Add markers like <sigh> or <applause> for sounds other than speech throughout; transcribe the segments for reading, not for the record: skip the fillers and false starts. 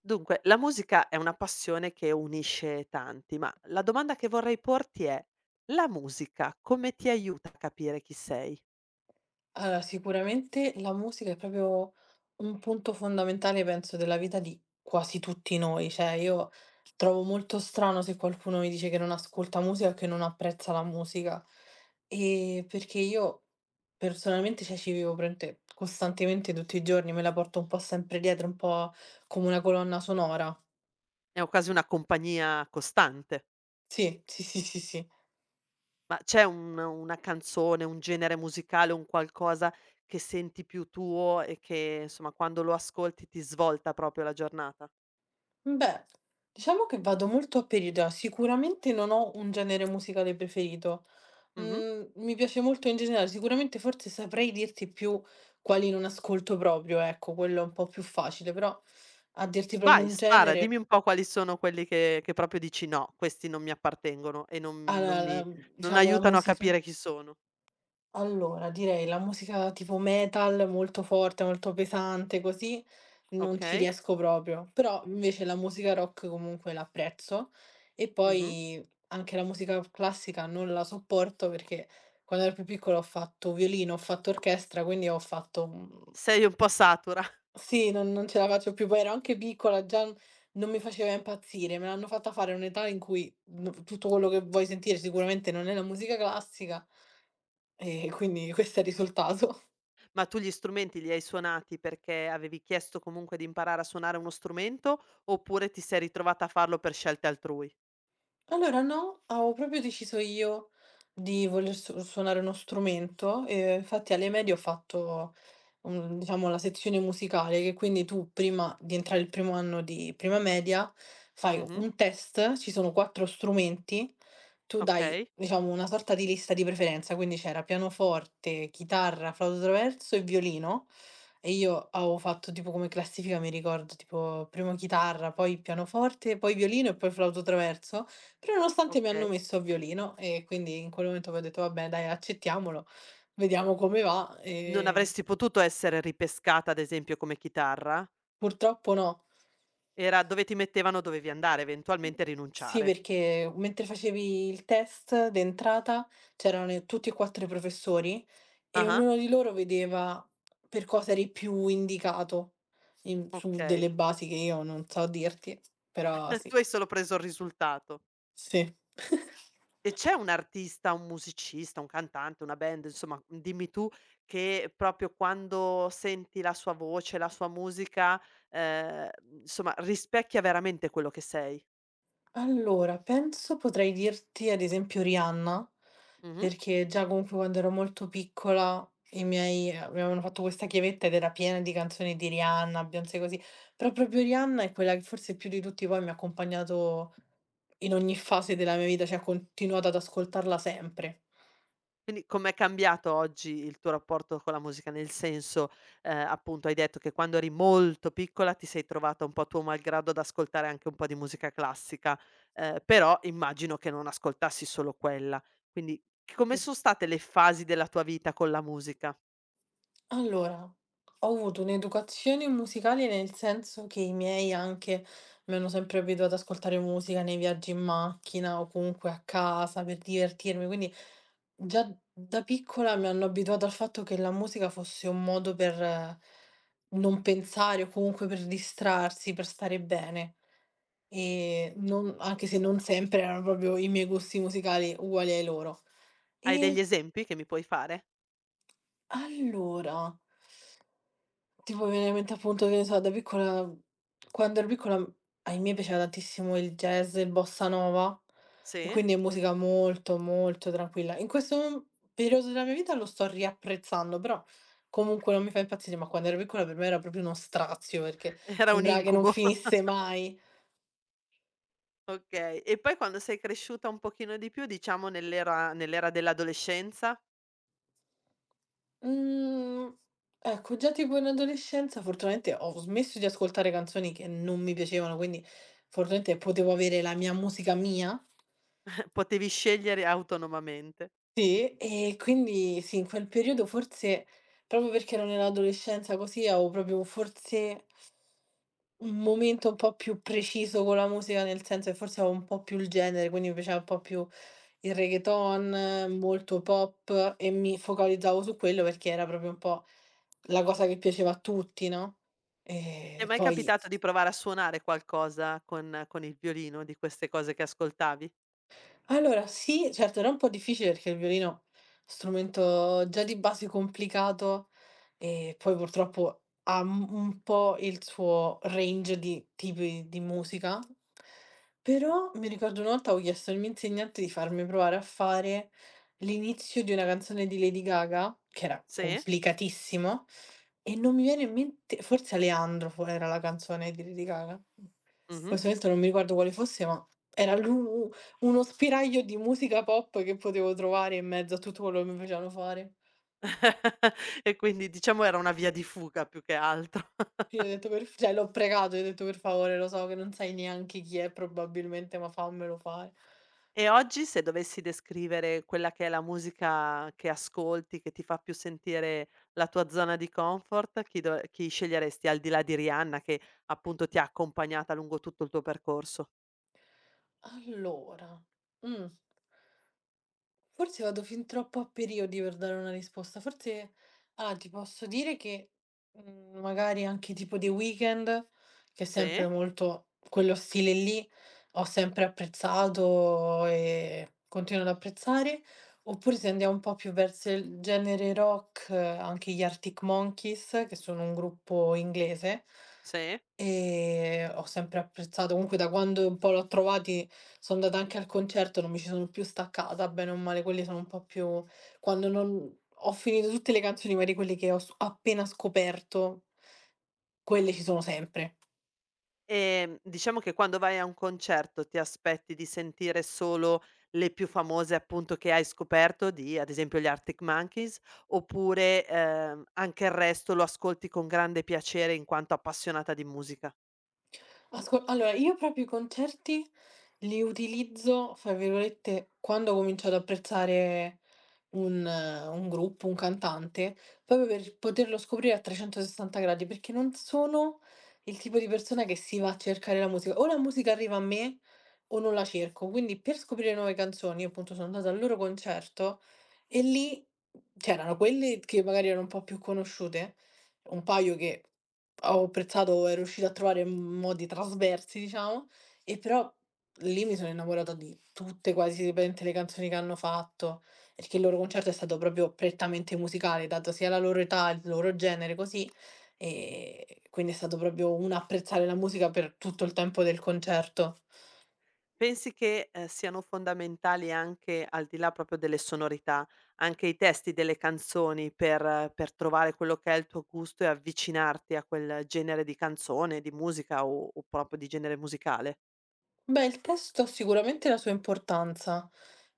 Dunque, la musica è una passione che unisce tanti, ma la domanda che vorrei porti è: la musica come ti aiuta a capire chi sei? Allora, sicuramente la musica è proprio un punto fondamentale, penso, della vita di quasi tutti noi. Cioè, io trovo molto strano se qualcuno mi dice che non ascolta musica o che non apprezza la musica. E perché io personalmente, cioè, ci vivo costantemente tutti i giorni, me la porto un po' sempre dietro, un po' come una colonna sonora. È o quasi una compagnia costante, Sì, sì, sì, sì, sì. ma c'è un una canzone, un genere musicale, un qualcosa che senti più tuo e che, insomma, quando lo ascolti ti svolta proprio la giornata? Beh, diciamo che vado molto a periodo. Sicuramente non ho un genere musicale preferito. Mh-mh. Mi piace molto in generale. Sicuramente forse saprei dirti più quali non ascolto proprio, ecco, quello è un po' più facile, però a dirti proprio Vai, un spara, dimmi genere, un po' quali sono quelli che proprio dici: "No, questi non mi appartengono e non a non la mi la mhmm, non diciamo la aiutano a musica, capire chi sono." allora direi la musica tipo metal molto forte, molto pesante, così non ci Okay? riesco proprio, però invece la musica rock comunque l'apprezzo. E Mh-mh. poi anche la musica classica non la sopporto perché quando ero più piccola ho fatto violino, ho fatto orchestra, quindi ho fatto, mhmm Sei un po' satura. <laughs> Sì, non ce la faccio più, poi ero anche piccola, già n non mi faceva impazzire, me l'hanno fatta fare a un'età in cui n tutto quello che vuoi sentire sicuramente non è la musica classica, e quindi questo è il risultato. <laughs> Ma tu gli strumenti li hai suonati perché avevi chiesto comunque di imparare a suonare uno strumento, oppure ti sei ritrovata a farlo per scelte altrui? Allora no, avevo proprio deciso io di voler su suonare uno strumento, e infatti alle medie ho fatto, diciamo, la sezione musicale, che quindi tu prima di entrare il primo anno di prima media fai Mh-mh. un test, ci sono 4 strumenti, tu dai, Okay, diciamo, una sorta di lista di preferenza, quindi c'era pianoforte, chitarra, flauto traverso e violino. E io avevo fatto tipo come classifica, mi ricordo, tipo prima chitarra, poi pianoforte, poi violino e poi flauto traverso, però nonostante mi hanno okay. messo a violino e quindi in quel momento poi ho detto: "Vabbè dai accettiamolo, vediamo come va", Non e... avresti potuto essere ripescata, ad esempio, come chitarra? Purtroppo no. Era dove ti mettevano dovevi andare, eventualmente Sì, rinunciare. perché mentre facevi il test d'entrata c'erano tutti e 4 i professori e Ah-ah, ognuno di loro vedeva per cosa eri più indicato in su okay. delle basi che io non so dirti, però <laughs> Tu sì. hai solo preso il risultato. Sì. <laughs> E c'è un artista, un musicista, un cantante, una band, insomma, dimmi tu, che proprio quando senti la sua voce, la sua musica, ehm, insomma rispecchia veramente quello che sei. Allora, penso potrei dirti ad esempio Rihanna, Mh-mh. perché già comunque quando ero molto piccola i miei, mi avevano fatto questa chiavetta ed era piena di canzoni di Rihanna, Beyoncé così, però proprio Rihanna è quella che forse più di tutti poi mi ha accompagnato in ogni fase della mia vita, cioè ho continuato ad ascoltarla sempre. Quindi com'è cambiato oggi il tuo rapporto con la musica? Nel senso, appunto hai detto che quando eri molto piccola ti sei trovata un po' tuo malgrado ad ascoltare anche un po' di musica classica, però immagino che non ascoltassi solo quella. Quindi come son state le fasi della tua vita con la musica? Allora, ho avuto un'educazione musicale nel senso che i miei anche mi hanno sempre abituato ad ascoltare musica nei viaggi in macchina o comunque a casa per divertirmi, quindi già da piccola mi hanno abituato al fatto che la musica fosse un modo per, non pensare o comunque per distrarsi, per stare bene. E anche se non sempre erano proprio i miei gusti musicali uguali ai loro. Hai degli E esempi che mi puoi fare? allora tipo mi viene in mente, appunto, che ne so, da piccola, quando ero piccola, ai miei piaceva tantissimo il jazz e il bossa nova, e Sì? quindi è musica molto, molto tranquilla. In questo mom periodo della mia vita lo sto riapprezzando, però comunque non mi fa impazzire, ma quando ero piccola per me era proprio uno strazio, perché <laughs> Era un sembrava che non incubo, <laughs> finisse mai. okay. E poi quando sei cresciuta un pochino di più, diciamo nell'era dell'adolescenza, Mhmm, ecco, già tipo in adolescenza fortunatamente ho smesso di ascoltare canzoni che non mi piacevano, quindi fortunatamente potevo avere la mia musica mia. <laughs> potevi scegliere autonomamente. Sì, e quindi sì, in quel periodo forse, proprio perché ero nell'adolescenza così, avevo proprio forse un momento un po' più preciso con la musica, nel senso che forse avevo un po' più il genere, quindi mi piaceva un po' più il reggaeton, molto pop, e mi focalizzavo su quello perché era proprio un po' la cosa che piaceva a tutti, no? Ti è E mai poi... capitato di provare a suonare qualcosa con il violino, di queste cose che ascoltavi? Allora sì, certo era un po' difficile perché il violino, strumento già di base complicato, e poi purtroppo ha un po' il suo range di tipi di musica, però mi ricordo una volta ho chiesto al mio insegnante di farmi provare a fare l'inizio di una canzone di Lady Gaga, che era Sì? complicatissimo, e non mi viene in mente, forse Aleandro fo era la canzone di Lady Gaga. In Mh-mh. questo momento non mi ricordo quale fosse, ma era l'u uno spiraglio di musica pop che potevo trovare in mezzo a tutto quello che mi facevano fare. <laughs> E quindi diciamo era una via di fuga più che altro. <laughs> Quindi ho detto, per f cioè l'ho pregato, gli ho detto: "Per favore, lo so che non sai neanche chi è probabilmente, ma fammelo fare". E oggi se dovessi descrivere quella che è la musica che ascolti, che ti fa più sentire la tua zona di comfort, chi do chi sceglieresti al di là di Rihanna che appunto ti ha accompagnata lungo tutto il tuo percorso? Allora, mh. Forse vado fin troppo a periodi per dare una risposta. Forse, ah, ti posso dire che, magari anche tipo The Weeknd, che è Sì, sempre molto quello stile lì, ho sempre apprezzato e continuo ad apprezzare, oppure se andiamo un po' più verso il genere rock, anche gli Arctic Monkeys, che sono un gruppo inglese. sì. Ho sempre apprezzato, comunque da quando un po' l'ho trovati sono andata anche al concerto, non mi ci sono più staccata, bene o male, quelli sono un po' più, quando non ho finito tutte le canzoni, magari quelle che ho s appena scoperto, quelle ci sono sempre. Diciamo che quando vai a un concerto ti aspetti di sentire solo le più famose appunto che hai scoperto di ad esempio gli Arctic Monkeys, oppure, anche il resto lo ascolti con grande piacere in quanto appassionata di musica? Asco allora io proprio i concerti li utilizzo, fra virgolette, quando ho cominciato ad apprezzare un gruppo, un cantante, proprio per poterlo scoprire a 360 gradi, perché non sono il tipo di persona che si va a cercare la musica. O la musica arriva a me o non la cerco. Quindi per scoprire nuove canzoni, io appunto sono andata al loro concerto, e lì c'erano quelle che magari erano un po' più conosciute, un paio che ho apprezzato e riuscita a trovare modi trasversi, diciamo, e però lì mi sono innamorata di tutte quasi praticamente le canzoni che hanno fatto, perché il loro concerto è stato proprio prettamente musicale, dato sia la loro età, il loro genere, così, e quindi è stato proprio un apprezzare la musica per tutto il tempo del concerto. Pensi che, siano fondamentali anche, al di là proprio delle sonorità, anche i testi delle canzoni per trovare quello che è il tuo gusto e avvicinarti a quel genere di canzone, di musica o proprio di genere musicale? Beh, il testo ha sicuramente la sua importanza,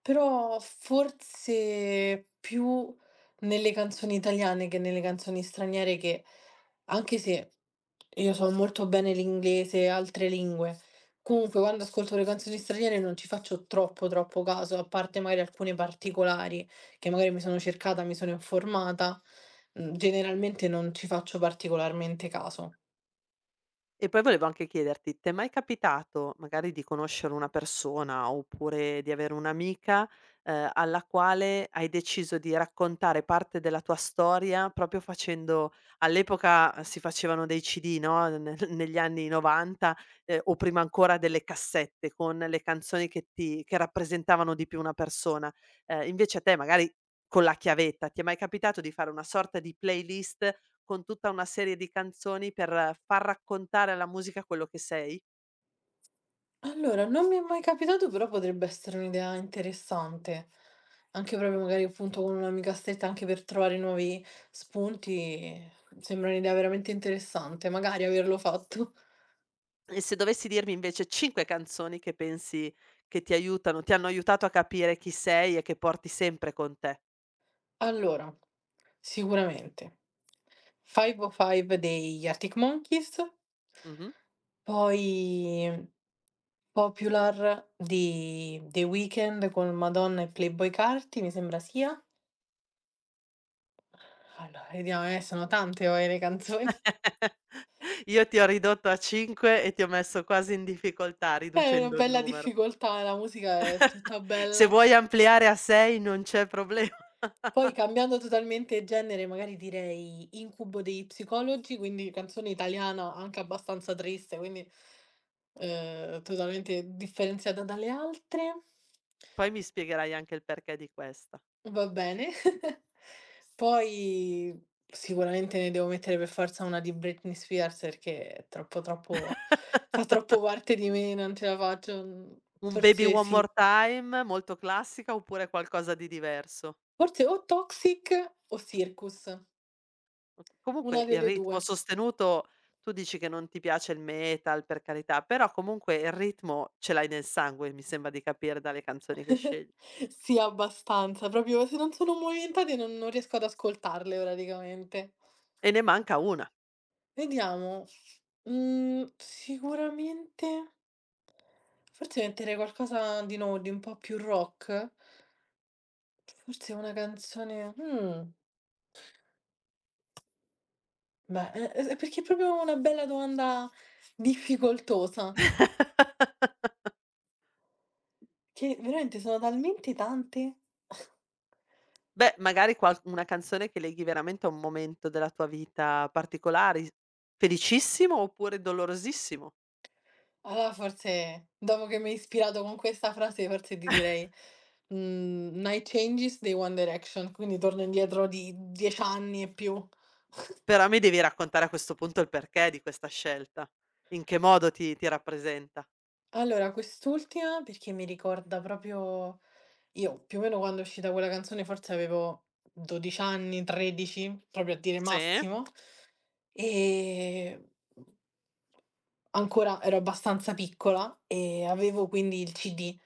però forse più nelle canzoni italiane che nelle canzoni straniere, che, anche se io so molto bene l'inglese e altre lingue, comunque quando ascolto le canzoni straniere non ci faccio troppo troppo caso, a parte magari alcune particolari che magari mi sono cercata, mi sono informata, generalmente non ci faccio particolarmente caso. E poi volevo anche chiederti, t'è mai capitato magari di conoscere una persona, oppure di avere un'amica, alla quale hai deciso di raccontare parte della tua storia, proprio facendo all'epoca si facevano dei CD, no, ne <laughs> negli anni '90, o prima ancora delle cassette con le canzoni che ti che rappresentavano di più una persona. Invece a te magari con la chiavetta, ti è mai capitato di fare una sorta di playlist con tutta una serie di canzoni per far raccontare alla musica quello che sei. Allora, non mi è mai capitato, però potrebbe essere un'idea interessante. Anche proprio magari appunto con un'amica stretta, anche per trovare nuovi spunti, sembra un'idea veramente interessante, magari averlo fatto. E se dovessi dirmi invece cinque canzoni che pensi che ti aiutano, ti hanno aiutato a capire chi sei e che porti sempre con te. Allora, sicuramente, 505 degli Arctic Monkeys, Mh-mh. poi Popular di The Weeknd con Madonna e Playboi Carti, mi sembra sia. Allora, vediamo, sono tante poi le canzoni. <laughs> Io ti ho ridotto a cinque e ti ho messo quasi in difficoltà È una riducendo il bella numero. difficoltà, la musica è <laughs> tutta Se bella. vuoi ampliare a sei non c'è problema. <laughs> Poi cambiando totalmente genere, magari direi Incubo dei Psicologi, quindi canzone italiana anche abbastanza triste, quindi totalmente differenziata dalle altre. Poi mi spiegherai anche il perché di questa. Va bene. <laughs> Poi sicuramente ne devo mettere per forza una di Britney Spears perché è troppo troppo, fa <laughs> troppo parte di me, non ce la faccio. Mhmm, Un "Baby forse one more sì, time" molto classica oppure qualcosa di diverso? forse o Toxic o Circus, Ok comunque una il delle ritmo 2. sostenuto tu dici che non ti piace il metal, per carità, però comunque il ritmo ce l'hai nel sangue, mi sembra di capire dalle canzoni che <laughs> scegli. Sì, abbastanza, proprio se non sono movimentate non riesco ad ascoltarle praticamente. E ne manca una. Vediamo, sicuramente forse mettere qualcosa di nuovo, di un po' più rock? Forse una canzone, beh, es perché è proprio una bella domanda difficoltosa, <laughs> che veramente sono talmente tante. Beh, magari qual una canzone che leghi veramente a un momento della tua vita particolari, felicissimo oppure dolorosissimo. Allora forse, dopo che mi hai ispirato con questa frase, forse ti direi, "Night Changes" dei One Direction, quindi torno indietro di 10 anni e più. Però mi devi raccontare a questo punto il perché di questa scelta. In che modo ti rappresenta. Allora, quest'ultima perché mi ricorda proprio, io più o meno quando è uscita quella canzone forse avevo 12 anni, 13, proprio a dire Sì, massimo. Ehm, mhmm, ancora ero abbastanza piccola e avevo quindi il CD.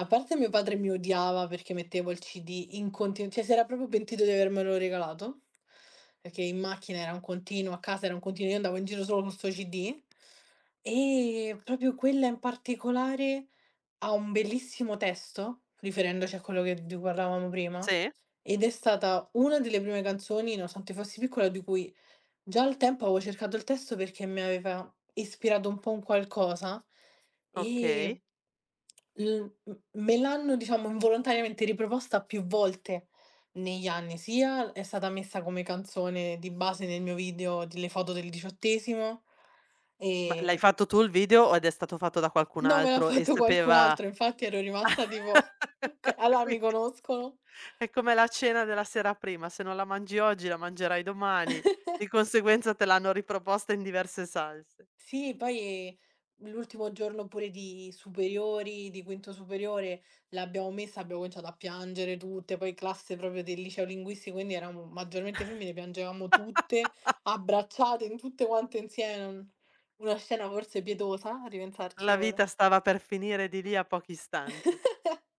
A parte mio padre mi odiava perché mettevo il CD in continu cioè si era proprio pentito di avermelo regalato, perché in macchina era un continuo, a casa era un continuo, io andavo in giro solo con 'sto CD. E proprio quella in particolare ha un bellissimo testo, riferendoci a quello che di cui parlavamo prima, sì, ed è stata una delle prime canzoni, nonostante fossi piccola, di cui già al tempo avevo cercato il testo perché mi aveva ispirato un po' un qualcosa, okay. e l m me l'hanno, diciamo, involontariamente riproposta più volte negli anni, sia è stata messa come canzone di base nel mio video delle foto del diciottesimo, Ma l'hai ehm, fatto tu il video ed è stato fatto da qualcun no, me l'ha altro e fatto qualcun sapeva altro, infatti ero rimasta tipo: "Okay, <laughs> allora mi quindi conoscono". è come la cena della sera prima, se non la mangi oggi la mangerai domani, di conseguenza te l'hanno riproposta in diverse salse. Sì, poi l'ultimo giorno pure di superiori, di quinto superiore, l'abbiamo messa, abbiamo cominciato a piangere tutte, poi classe proprio del liceo linguistico, quindi eravamo maggiormente femmine, piangevamo tutte, abbracciate in tutte quante insieme, una scena forse pietosa, a ripensarci La ora. vita stava per finire di lì a pochi istanti. <laughs>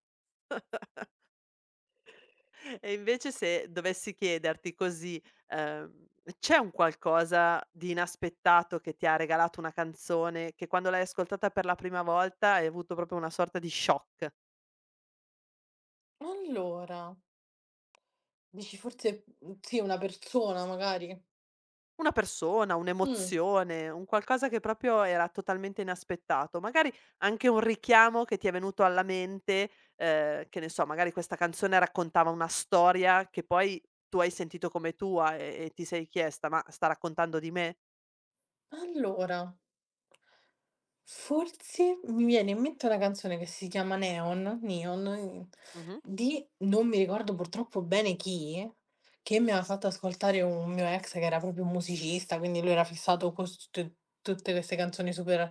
E invece se dovessi chiederti così, ehm, c'è un qualcosa di inaspettato che ti ha regalato una canzone, che quando l'hai ascoltata per la prima volta hai avuto proprio una sorta di shock? Allora, dici forse, sì, una persona magari. Una persona, Mm, un'emozione, un qualcosa che proprio era totalmente inaspettato. Magari anche un richiamo che ti è venuto alla mente, che ne so, magari questa canzone raccontava una storia che poi tu hai sentito come tua e ti sei chiesta: "Ma sta raccontando di me?" Allora. Forse mi viene in mente una canzone che si chiama Neon Neon, Mh-mh. di non mi ricordo purtroppo bene chi, che mi aveva fatto ascoltare un mio ex che era proprio un musicista, quindi lui era fissato co s t tutte queste canzoni super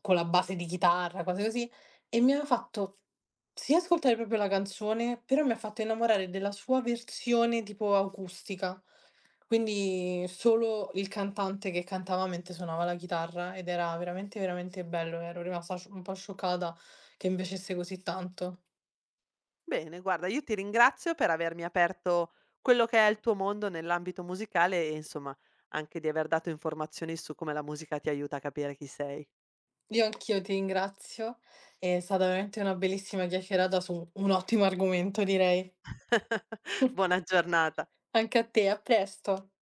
con la base di chitarra, cose così, e mi aveva fatto sì ascoltare proprio la canzone, però mi ha fatto innamorare della sua versione tipo acustica. Quindi solo il cantante che cantava mentre suonava la chitarra, ed era veramente, veramente bello, ero rimasta scio un po' scioccata che mi piacesse così tanto. Bene, guarda, io ti ringrazio per avermi aperto quello che è il tuo mondo nell'ambito musicale e insomma anche di aver dato informazioni su come la musica ti aiuta a capire chi sei. Io anch'io ti ringrazio, è stata veramente una bellissima chiacchierata su un ottimo argomento, direi. <laughs> Buona giornata. Anche a te, a presto.